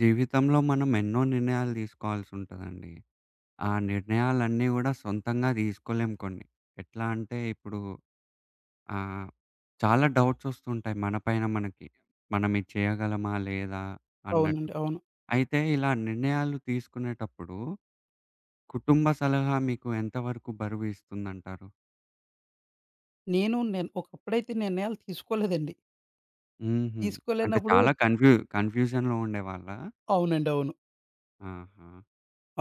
జీవితంలో మనం ఎన్నో నిర్ణయాలు తీసుకోవాల్సి ఉంటదండి. ఆ నిర్ణయాలన్నీ గూడా సొంతంగా తీసుకోలేం కొన్ని. ఎట్లా అంటే ఇప్పుడు ఆహ్, చాలా డౌట్స్ వస్తుంటాయి మన పైన మనకి. మనం ఇది చేయగలమా? లేదా? అన్నట్టు. అవునండి. అవును. అయితే ఇలా నిర్ణయాలు తీసుకునేటప్పుడు కుటుంబ సలహా మీకు ఎంత వరకు బరువు ఇస్తుందంటారు? నేను నేను ఒకప్పుడైతే నిర్ణయాలు తీసుకోలేదండి. హుహు. అంటే తీసుకోలేనప్పుడు చాలా కన్‌ఫ్యూజన్‌లో ఉండేవాళ్ళా? అవునండి. అవును. ఆహా!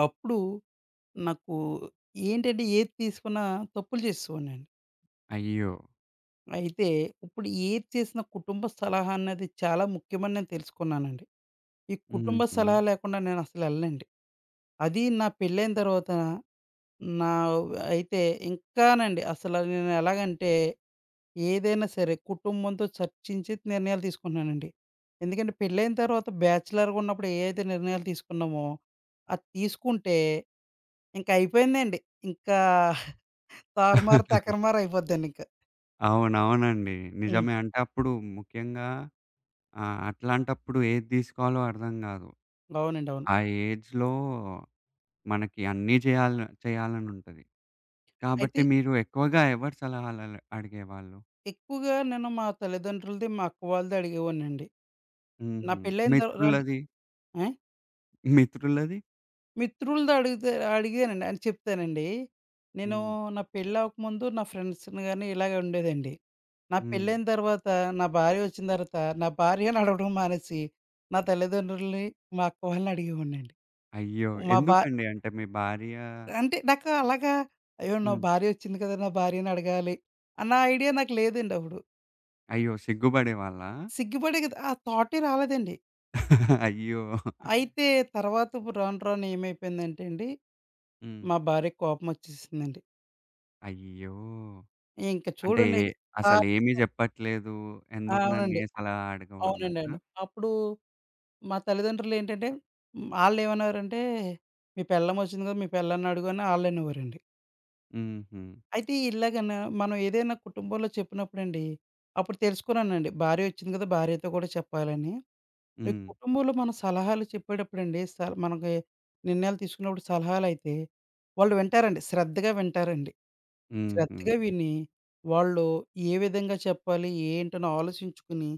అప్పుడు నాకు ఏంటంటే ఏది తీసుకున్నా తప్పులు చేసేవాడినండి. అయ్యో! అయితే ఇప్పుడు ఏది చేసిన కుటుంబ సలహా అన్నది చాలా ముఖ్యమని నేను తెలుసుకున్నానండి. ఈ కుటుంబ హుహు. సలహా లేకుండా నేనసలెళ్ళనండి. అది నా పెళ్ళైన తర్వాత నా అయితే ఇంకానండి అసలు నేనెలాగంటే ఏదైనా సరే కుటుంబంతో చర్చించి నిర్ణయాలు తీసుకుంటున్నానండి. ఎందుకంటే పెళ్ళైన తర్వాత బ్యాచిలర్‌గా ఉన్నప్పుడు ఏ అయితే నిర్ణయాలు తీసుకున్నామో, అది తీసుకుంటే ఇంక అయిపోయిందండి. ఇంకా తారుమారు, తకరమారు అయిపోద్దండింక. అవునవునండి. హ్మ్. నిజమే. అంటే అప్పుడు ముఖ్యంగా ఆ! అట్లాంటప్పుడు ఏది తీసుకోవాలో అర్థం గాదు. అవునండి. అవును. ఆ ఏజ్‌లో మనకి అన్నీ చేయాలనుంటది. అయితే కాబట్టి మీరు ఎక్కువగా ఎవరి సలహాలల అడిగేవాళ్ళు? ఎక్కువగా నేను మా తల్లిదండ్రులది, మా అక్క వాళ్ళది అడిగేవాడినండి. నా హుహు. పెళ్ళైన తర్వా అంటే మిత్రులది ఆ! మిత్రులది? మిత్రులతో అడిగితే అడిగానండి అని చెప్తానండి. నేను హ్మ్. నా పెళ్ళవ్వకముందు నా ఫ్రెండ్స్‌ని గాని ఇలాగే ఉండేదండి. నా హ్మ్. పెళ్ళైన తర్వాత, నా భార్య వచ్చిన తర్వాత, నా భార్యని అడగడం మానేసి, నా తల్లిదండ్రులని, మా అక్క వాళ్ళని అడిగేవాడినండి. అయ్యో! మా భా ఎందుకండి? అంటే మీ భార్య. అంటే నాకు అలాగా అయ్యో! నా హ్మ్. భార్య వచ్చింది కదా! నా భార్యని అడగాలి అన్న ఐడియా నాకు లేదండి అప్పుడు. అయ్యో! సిగ్గుబడేవాళ్ళా? సిగ్గుపడే కదా! ఆ థాటే రాలేదండి. అయ్యో! అయితే తర్వాత ఇప్పుడు రాను రాను ఏమైపోయిందంటే అండి, హ్మ్. మా భార్యకి కోపమొచ్చేసిందండి. అయ్యో! ఇంక అంటే చూడండి. ఏ ఆ! అసలేమి జెప్పట్లేదు. ఆ! ఎందుకు నన్ను అవునండి. ఏ సలహా అడగవు అవునండి. అన్నట్టా? అవును. అప్పుడు మా తల్లిదండ్రులేంటంటే హ్మ్, ఆళ్ళేమనేవారంటే, "మీ పెళ్ళామొచ్చింది కదా! మీ పెళ్ళాన్ని అడుగు" అని ఆళ్ళనేవారండి. హుహు. అయితే ఇలాగనా మనం ఏదైనా కుటుంబంలో చెప్పినప్పుడండి, అప్పుడు తెలుసుకున్నానండి. భార్య వచ్చింది కదా! భార్యతో కూడా చెప్పాలని. ఈ హ్మ్. కుటుంబంలో మనం సలహాలు చెప్పేటప్పుడండి, మనకి నిర్ణయాలు తీసుకున్నప్పుడు సలహాలయితే, వాళ్ళు వింటారండి. శ్రద్ధగా వింటారండి. హుహు. శ్రద్ధగా విని, వాళ్ళు ఏ విధంగా చెప్పాలి, ఏంటని ఆలోచించుకుని,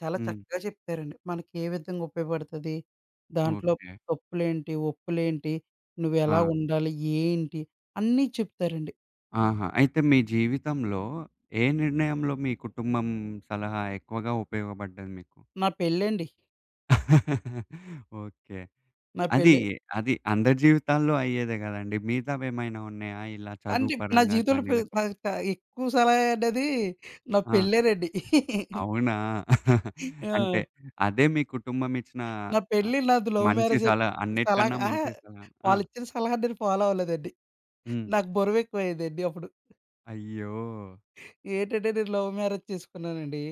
చాలా హ్మ్. చక్కగా చెప్తారండి. మనకి ఏ విధంగా ఉపయోగపడతది, దాంట్లో ఓకే. తప్పులేంటి, ఒప్పులేంటి, నువ్వెలా ఆ! ఉండాలి, ఏంటి అన్నీ చెప్తారండి. ఆహా! అయితే మీ జీవితంలో ఏ నిర్ణయంలో మీ కుటుంబం సలహా ఎక్కువగా ఉపయోగపడ్డది మీకు? నా పెళ్ళండి. ఓకే. నా అది, పెళ్ళి అది అందరి జీవితాల్లో అయ్యేదే గదండీ! మిగతావేమైనా ఉన్నాయా? ఇలా చదువు అంటే నా పరంగా జీవితంలో గాని పె లేకపోతే నాకు త ఎక్కువ సలహా అనేది నా ఆ! పెళ్ళేనండి. అవునా? ఆ! అంటే అదే మీ కుటుంబం ఇచ్చిన నా అ పెళ్లి నాది లవ్ మంచి మ్యారేజే. సలహా సలహా అన్నిటికన్నా అహా! మంచి సలహా. ఆ! వాళ్ళిచ్చిన సలహా నేను ఫాలో అవ్వలేదండి. హ్మ్. నాకు బరువెక్కువయ్యేదండి అప్పుడు. అయ్యో! ఏటంటే నేను లవ్ మ్యారేజ్ చేసుకున్నానండి.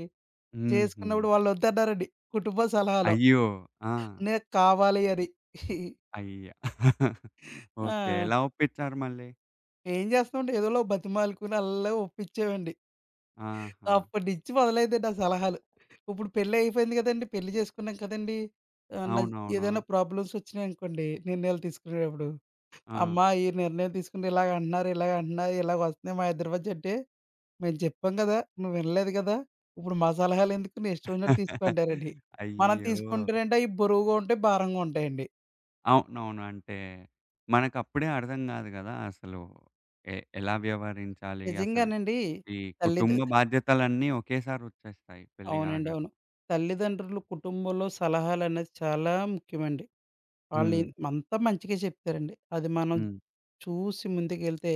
హుహు. చేసుకున్నప్పుడు వాళ్ళు వద్దన్నారండి. కుటుంబ సలహాలో. అయ్యో! ఆ! నాకు కావాలి అని. అయ్య! ఓకే. ఆ! ఎలా ఒప్పించారు మళ్ళీ? ఏం చేస్తామండి ఏదోలా బతిమాలుకుని అల్లా ఒప్పించామండి. ఆహా! అప్పటినుంచి మొదలైందండి ఆ సలహాలు. ఇప్పుడు పెళ్లి అయిపోయింది కదండీ! పెళ్లి చేసుకున్నాం కదండీ! ఆహ్, నా అవునవును. ఏదైనా ప్రాబ్లమ్స్ వచ్చినాయనుకోండి నిర్ణయాలు తీసుకునేటప్పుడు. ఆ! అమ్మా! ఈ నిర్ణయం తీసుకుంటే ఇలాగ అంటున్నారు, ఇలాగ అంటున్నారు, ఇలాగ వస్తున్నాయి మా ఇద్దరి మధ్య అంటే మేము చెప్పాం గదా! నువ్వు వినలేదు గదా! ఇప్పుడు మా సలహాలెందుకు నీ ఇష్టం వచ్చినట్టు తీసుకో అంటారండి. మనం అయ్యో! తీసుకుంటేనండి అయి బరువుగా ఉంటాయి, భారంగా ఉంటాయండి. అవునవును. అంటే మనకప్పుడే అర్థం గాదు గదా! అసలు ఎలా వ్యవహరించాలి? అసలు నిజంగానండి ఈ తల్లిద కుటుంబ బాధ్యతలన్నీ ఒకేసారొచ్చేస్తాయి పెళ్లి అవునండి. గాగానే. అవును. తల్లిదండ్రులు కుటుంబంలో సలహాలనేది చాలా ముఖ్యమండి. వాళ్ళు హ్మ్. ఇ అంతా మంచిగా చెప్తారండి. అది మనం హ్మ్. చూసి ముందుకెళ్తే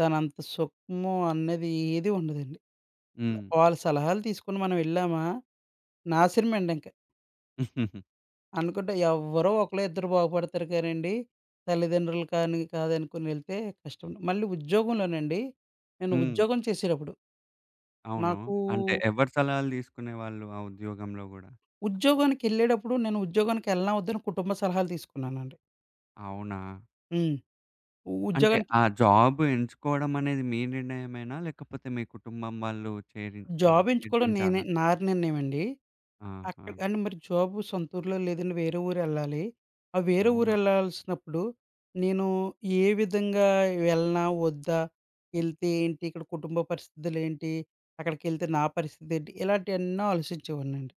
దానంత సుఖము అనేది ఏది ఉండదండి. హ్మ్. వాళ్ళ సలహాలు తీసుకొని మనం వెళ్ళామా నాశనమండింక. హ్మ్. అనుకుంటే ఎవ్వరో ఒకళ్ళో ఇద్దరు బాగుపడతారు కానండి. తల్లిదండ్రులు కానీ కాదనుకుని వెళ్తే కష్టం. మళ్ళీ ఉద్యోగంలోనండి, నేను ఉద్యోగం చేసేటప్పుడు అవును. నాకు అంటే ఎవరి సలహాలు తీసుకునేవాళ్ళు ఆ ఉద్యోగంలో గూడా? ఉద్యోగానికెళ్ళేటప్పుడు నేను ఉద్యోగానికెళ్ళనా వద్దని కుటుంబ సలహాలు తీసుకున్నానండి. అవునా? హ్మ్. అంటే ఉద్యోగానికి ఆ జాబ్ ఎంచుకోవడం అనేది మీ నిర్ణయమేనా? లేకపోతే మీ కుటుంబం వాళ్ళు చేరి జాబ్ ఎంచుకోవడం నేనే చేర్పించాలా? నా నిర్ణయం అండి. ఆహా! అక్కడ కానీ మరి జాబు సొంత ఊర్లో లేదండి వేరే ఊరెళ్ళాలి. ఆ వేరే అవునా? ఊరెళ్ళాల్సినప్పుడు నేను ఏ విధంగా వెళ్ళనా? వద్దా? ఎళ్తే ఏంటి? ఇక్కడ కుటుంబ పరిస్థితులేంటి? అక్కడికెళ్తే నా పరిస్థితేంటి? ఇలాంటియన్నీ ఆలోచించేవాడినండి.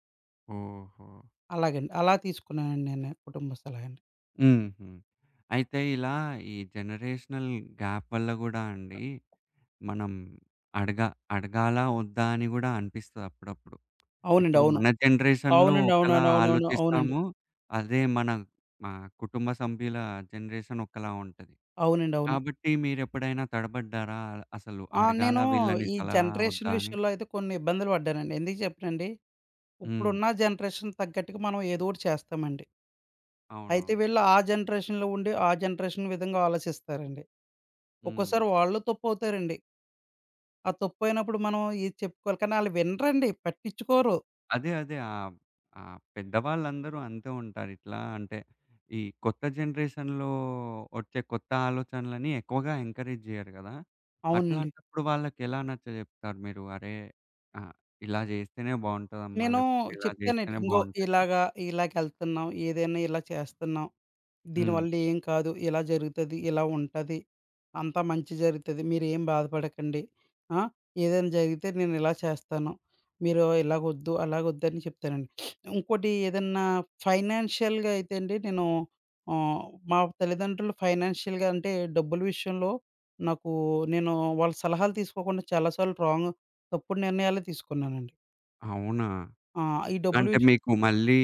ఓహో! అలాగండి. అలా తీసుకున్నానండి నేను కుటుంబ సలహాని. హుహు. అయితే ఇలా ఈ జనరేషనల్ గ్యాప్ వల్ల గూడా అండి, మనం అడగా అడగాలా? వద్దా? అని గూడా అనిపిస్తది అప్పుడప్పుడు. అవునండి. ఇప్పుడు అవును. మన జనరేషన్‌లో అవునండి. ఒకలా అవునవును. అవునవును. అవునండి. ఆలోచిస్తాము. అదే మా కుటుంబ సభ్యుల జనరేషన్ ఒకలా ఉంటది. అవునండి. అవును. కాబట్టి మీరెప్పుడైనా తడబడ్డారా? అసలు ఆ! అడగాలా నేను వీళ్ళని ఈ సలహా? వద్దా జనరేషన్ అని? విషయంలో అయితే కొన్ని ఇబ్బందులు పడ్డానండి. ఎందుకు చెప్పనండి? హ్మ్. ఇప్పుడున్న జనరేషన్ తగ్గట్టుగా మనం ఏదో ఒకటి చేస్తామండి. అవును. అయితే వీళ్ళు ఆ జనరేషన్‌లో ఉండి, ఆ జనరేషన్ విధంగా ఆలోచిస్తారండి. హ్మ్. ఒక్కోసారి వాళ్ళు తప్పవుతారండి. ఆ తప్పయినప్పుడు మనం ఇది చెప్పుకోవాలి. కానీ ఆళ్ళు వినరండి. పట్టించుకోరు. హ్మ్. అదే. అదే. పెద్దవాళ్ళందరూ అంతే ఉంటారు. ఇట్లా అంటే, ఈ కొత్త జనరేషన్‌లో వచ్చే కొత్త ఆలోచనలని ఎక్కువగా ఎంకరేజ్ జేయరు గదా! అవునండి. అట్లాంటప్పుడు వాళ్ళకెలా నచ్చజెప్తారు మీరు? అరే! ఆ! ఇలా జేస్తేనే బావుంటదమ్మా! నేను లేకపోతే ఇలా చెప్తానండి. జేస్తేనే "ఇంగో బావుంటది. ఇలాగా, ఇలాగెళ్తున్నాం. ఏదైనా ఇలా చేస్తున్నాం." హ్మ్. దీనివల్ల ఏం కాదు. ఇలా జరుగుతది. ఇలా ఉంటది. అంతా మంచి జరుగుతది. మీరేం బాధపడకండి. ఆ! ఏదైనా జరిగితే నేను ఇలా చేస్తాను. మీరు ఇలాగొద్దు, అలాగొద్దు అని చెప్తానండి. ఇంకోటి ఏదన్నా ఫైనాన్షియల్‌గా అయితే అండి నేను ఆహ్, మా తల్లిదండ్రులు ఫైనాన్షియల్‌గా అంటే డబ్బుల విషయంలో నాకు నేను వాళ్ళ సలహాలు తీసుకోకుండా చాలా సార్లు తప్పుడు నిర్ణయాలే తీసుకున్నానండి. అవునా? ఆ! ఈ డబ్బులు అంటే విష మీకు మళ్ళీ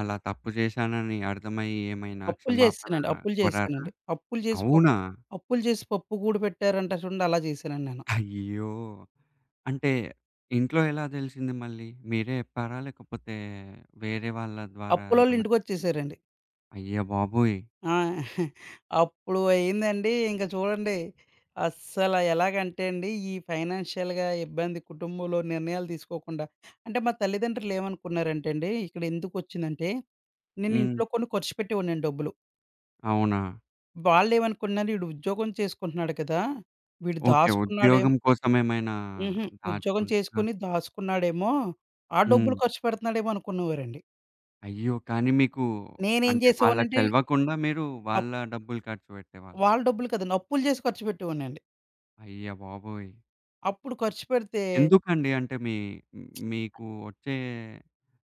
అలా తప్పు చేశానని అర్థమయ్యి ఏమైనా అప్పులు క్షమాపణ చేసేసానండి. కోరారా? అవునా? అప్పులు చేసి పప్పు గూడు పెట్టారంట చూడండి అలా చేశానండి నేను. అయ్యో! అంటే ఇంట్లో ఎలా తెలిసింది మళ్ళీ? మీరే చెప్పారా? లేకపోతే వేరే వాళ్ళ ద్వారా అప్పులోళ్ళు ఏమన్నా తెలిసిందా? ఇంటికొచ్చేసారండి. అయ్య బాబోయ్! ఆ! అప్పుడు అయిందండి ఇంక చూడండి అస్సల ఎలాగంటే అండి, ఈ ఫైనాన్షియల్‌గా ఇబ్బంది కుటుంబంలో నిర్ణయాలు తీసుకోకుండా అంటే మా తల్లిదండ్రులు ఏమనుకున్నారంటే అండి, ఇక్కడ ఎందుకొచ్చిందంటే నేను హ్మ్. ఇంట్లో కొన్ని ఖర్చు పెట్టేవాడినండి డబ్బులు. అవునా? వాళ్ళేమనుకున్నారు వీడు ఉద్యోగం చేసుకుంటున్నాడు కదా! వీడు ఓకే. దాసుకున్నాడే ఉద్యోగం కోసం ఏమైనా హుహు. ఉద్యోగం దాచుకున్ ఆ! చేసుకొని దాసుకున్నాడేమో, ఆ డబ్బులు హ్మ్. ఖర్చు పెడుతున్నాడేమో అనుకునేవారండి. అయ్యో! కానీ మీకు. నేనేం అంటే వాళ్ళకి చేసేవాడినంటే తెలవకుండా మీరు అప్ వాళ్ళ డబ్బులు ఖర్చు పెట్టేవాళ్ళు. వాళ్ళ డబ్బులు కాదండి. అప్పులు చేసి ఖర్చు పెట్టేవాడినండి. అయ్య బాబోయ్! అప్పుడు ఖర్చు పెడితే ఎందుకండి? అంటే మీ మీకు వచ్చే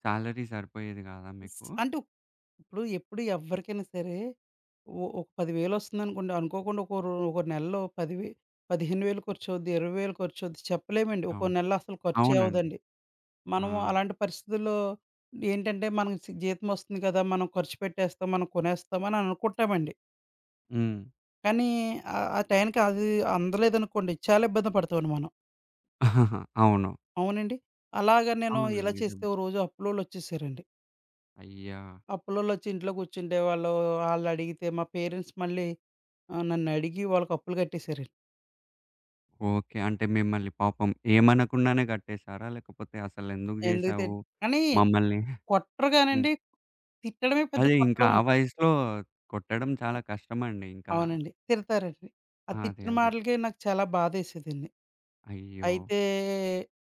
సాలరీ సరిపోయేది గాదా స్ మీకు? అంటే ఇప్పుడు ఎప్పుడు ఎవ్వరికైనా సరే ఒక 10,000 వస్తుందనుకోండి. అనుకోకుండా ఒక నెలలో 10,000 15,000 ఖర్చవుద్ది, 20,000 ఖర్చవుద్ది చెప్పలేమండి. ఒక్కో అవును. నెల అసలు ఖర్చే అవునండి. అవ్వదండి. ఆ! మనము అలాంటి పరిస్థితుల్లో ఏంటంటే మనకి జీతం వస్తుంది కదా! మనం ఖర్చు పెట్టేస్తాం, మనం కొనేస్తాం అని అనుకుంటామండి. హ్మ్. కానీ ఆ టైంకి అది అందలేదనుకోండి చాలా ఇబ్బంది పడతామండి మనం. అవును. అవునండి. అలాగా నేను అవునండి. ఇలా చేస్తే నిజమే. ఓ రోజు అప్పులోళ్ళొచ్చేసారండి. అయ్యా! అప్పులోళ్ళొచ్చి ఇంట్లో కూర్చుండేవాళ్ళు. ఆళ్ళడిగితే మా పేరెంట్స్ మళ్ళీ నన్నడిగి వాళ్ళకి అప్పులు కట్టేసారండి. ఓకే. అంటే మిమ్మల్ని పాపం ఏమనకుండానే కట్టేసారా? లేకపోతే అసలెందుకు ఎందుకు జేశావు తిట్ కానీ మమ్మల్ని. కొట్టరు హ్మ్. గానండి. తిట్టడమే పెద్ద అదే ఇంకా కొట్టడం. ఆ వయసులో కొట్టడం చాలా కష్టమండి ఇంకా. అవునండి. తిడతారండి. ఆ అదే. తిట్టిన అదే. మాటలకే నాకు చాలా బాధేసేదండి. అయ్యో! అయితే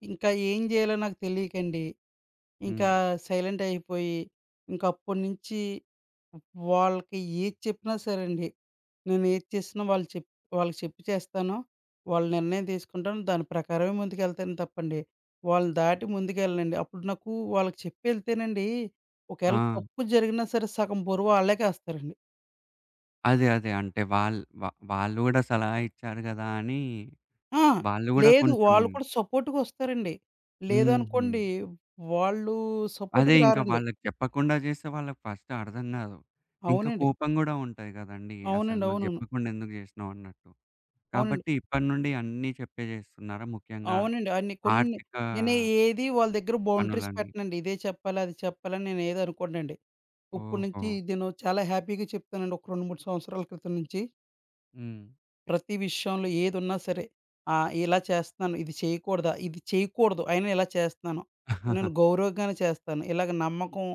ఇంకా ఏం జేయాలో నాకు తెలియకండి హ్మ్. ఇంకా సైలెంట్ అయిపోయి, ఇంక అప్పటినుంచి వాళ్ళకి ఏది చెప్పినా సరే అండి. నేను ఏది చేసినా వాళ్ళు చెప్ వాళ్ళకి చెప్పి చేస్తాను. వాళ్ళ నిర్ణయం తీసుకుంటాను. దాని ప్రకారమే ముందుకెళ్తాను తప్పండి. వాళ్ళని దాటి ముందుకెళ్ళనండి. అప్పుడు నాకు వాళ్ళకి చెప్పెళ్తేనండి, ఒకవేళ ఆ! తప్పు జరిగినా సరే సగం బరువు ఆళ్ళకేస్తారండి. అదే. అదే. అంటే వాళ్ళు గూడా సలహా ఇచ్చారు గదా! అని ఆ! వాళ్ళు గూడా లేదు కొంచెం. వాళ్ళు కూడా సపోర్ట్‌గొస్తారండి. హుహు. లేదనుకోండి, వాళ్ళు అదే సపోర్ట్‌కి ఇంకా రారండి. వాళ్ళకి చెప్పకుండా చేస్తే వాళ్ళకి ఫస్ట్ అర్థం గాదు. ఇంకా అవునండి. కోపం గూడా ఉంటది గదండీ! అసలు అవునండి. మాకు అవునవును. జెప్పకుండా ఎందుకు జేసినావు అన్నట్టు. అవునండి. కాబట్టి ఇప్పటి నుండి అన్నీ చెప్పే జేస్తున్నారా? ముఖ్యంగా అవునండి. అన్ని కొన్ని ఆర్థిక నేను ఏది వాళ్ళ దగ్గర బౌండరీస్ పనులన్నీ. పెట్టనండి. ఇదే చెప్పాలి, అది చెప్పాలని నేను ఏది అనుకోనండి. ఇప్పటి ఓహో! నుంచి నేను చాలా హ్యాపీగా చెప్తానండి. ఒక 2, 3 సంవత్సరాల క్రితం నుంచి హ్మ్. ప్రతి విషయంలో ఏదున్నా సరే ఇలా చేస్తున్నాను, ఇది చేయకూడదా? ఇది చేయకూడదు. అయినా ఇలా చేస్తున్నాను. నేను గౌరవంగానే చేస్తాను. ఇలాగ నమ్మకం,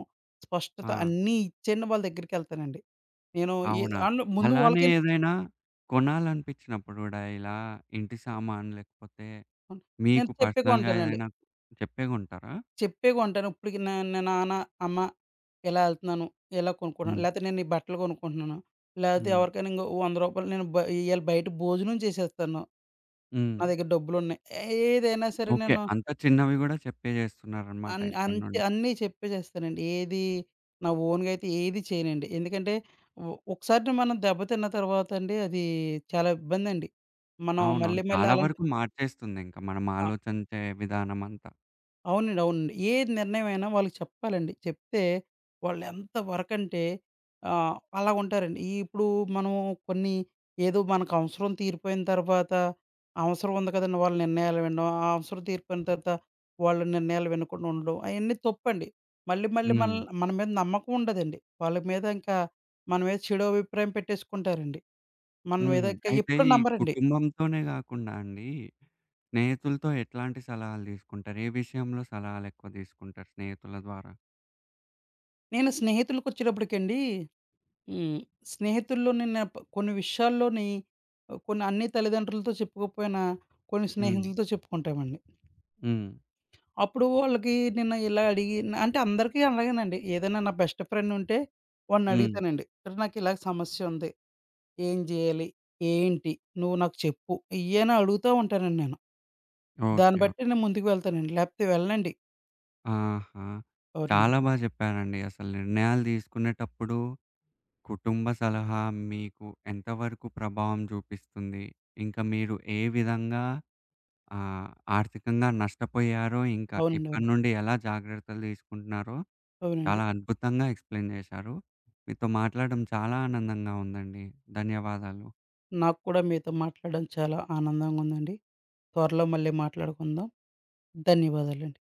స్పష్టత ఆ! అన్నీ ఇచ్చేయండి వాళ్ళ దగ్గరికెళ్తానండి. నేను ఏ అవునా? ఆళ్ళు ముందు అలానే వాళ్ళకి ఏదైనా కొనాలనిపించినప్పుడు గూడా ఇలా ఇంటి సామాను లేకపోతే నేను మీకు చెప్పే పర్సనల్‌గా కొంటానండి. ఏదైనా చెప్పే కొంటారా? చెప్పే కొంటాను. ఇప్పటికి నా నా నాన్న, అమ్మ ఇలా ఎళ్తున్నాను, ఇలా కొనుక్కుంటున్నాను. హ్మ్. లేతే నేను ఈ బట్టలు కొనుక్కుంటున్నాను. లేతే హ్మ్. ఎవరికైనా ఇంకో రూ. 100 నేను బ ఇయాల బయట భోజనం చేసేస్తాను. హ్మ్. నా దగ్గర డబ్బులున్నాయి. ఏదైనా సరే ఓకే. నేను అంత చిన్నవి గూడా చెప్పేజేస్తున్నారనమాట ఇప్పటి నుండి. అన్నీ చెప్పేసేస్తానండి. ఏది నా ఓన్‌గా అయితే ఏది చేయనండి. ఎందుకంటే ఒకసారి మనం దెబ్బతిన్న తర్వాత అండి అది చాలా ఇబ్బందండి. మనం అవునవును. మళ్ళీ మళ్ళీ చాలా అలాంటి వరకు మార్చేస్తుందింక మనం ఆ! ఆలోచించే విధానమంతా. అవునండి. అవునండి. ఏ నిర్ణయమైనా వాళ్ళకి చెప్పాలండి. చెప్తే వాళ్ళెంత వరకంటే అలాగుంటారండి. ఈ ఇప్పుడు మనం కొన్ని ఏదో మనకు అవసరం తీరిపోయిన తర్వాత అవసరం ఉంది కదండీ! వాళ్ళ నిర్ణయాలు వినడం. ఆ అవసరం తీరిపోయిన తర్వాత వాళ్ళ నిర్ణయాలు వినకుండా ఉండడం. అయన్నీ తప్పండి. మళ్ళీ మళ్ళీ హ్మ్. మన మీద నమ్మకం ఉండదండి. వాళ్ళ మీద ఇంకా మన మీద చెడు అభిప్రాయం పెట్టేసుకుంటారండి. మన మీద హుహు. ఇంకా అయితే ఎప్పుడు ఈ నమ్మరండి. కుటుంబంతోనే గాకుండా అండి, స్నేహితులతో ఎట్లాంటి సలహాలు దీసుకుంటారు? ఏ విషయంలో సలహాలెక్కువ దీసుకుంటారు స్నేహితుల ద్వారా? నేను స్నేహితులకొచ్చేటప్పటికండి హ్మ్. స్నేహితుల్లో నేను ప కొన్ని విషయాల్లోని కొన్ని అన్ని తల్లిదండ్రులతో చెప్పుకోకపోయినా, కొన్ని హ్మ్. స్నేహితులతో చెప్పుకుంటామండి. హ్మ్. అప్పుడు వాళ్ళకి నేను ఇలా అడిగి అంటే అందరికీ అలాగేనండి. ఏదైనా నా బెస్ట్ ఫ్రెండ్ ఉంటే వాడిని హ్మ్. అడుగుతానండి. "అరే! నాకు ఇలాగ సమస్య ఉంది. ఏం జేయాలి? ఏంటి? నువ్వు నాకు చెప్పు ఇయ్యి" అని అడుగుతా ఉంటానండి నేను. ఓకే. దాన్ని బట్టి ఓకే. నేను ముందుకు వెళ్తానండి. లేకపోతే వెళ్ళనండి. ఆహా! అవునండి. చాలా బా జెప్పారండి. అసలు నిర్ణయాలు దీసుకునేటప్పుడు కుటుంబ సలహా మీకు ఎంతవరకు ప్రభావం చూపిస్తుంది? ఇంకా మీరు ఏ విధంగా ఆహ్, ఆర్థికంగా నష్టపోయారో, ఇంకా అవునండి. ఇప్పటి అవును. నుండి ఎలా జాగ్రత్తలు తీసుకుంటున్నారో అవునండి. చాలా అద్భుతంగా ఎక్స్‌ప్లెయిన్ చేశారు. మీతో మాట్లాడడం చాలా ఆనందంగా ఉందండి. ధన్యవాదాలు. నాకు కూడా మీతో మాట్లాడడం చాలా ఆనందంగా ఉందండి. త్వరలో మళ్ళీ మాట్లాడుకుందాం. ధన్యవాదాలండి.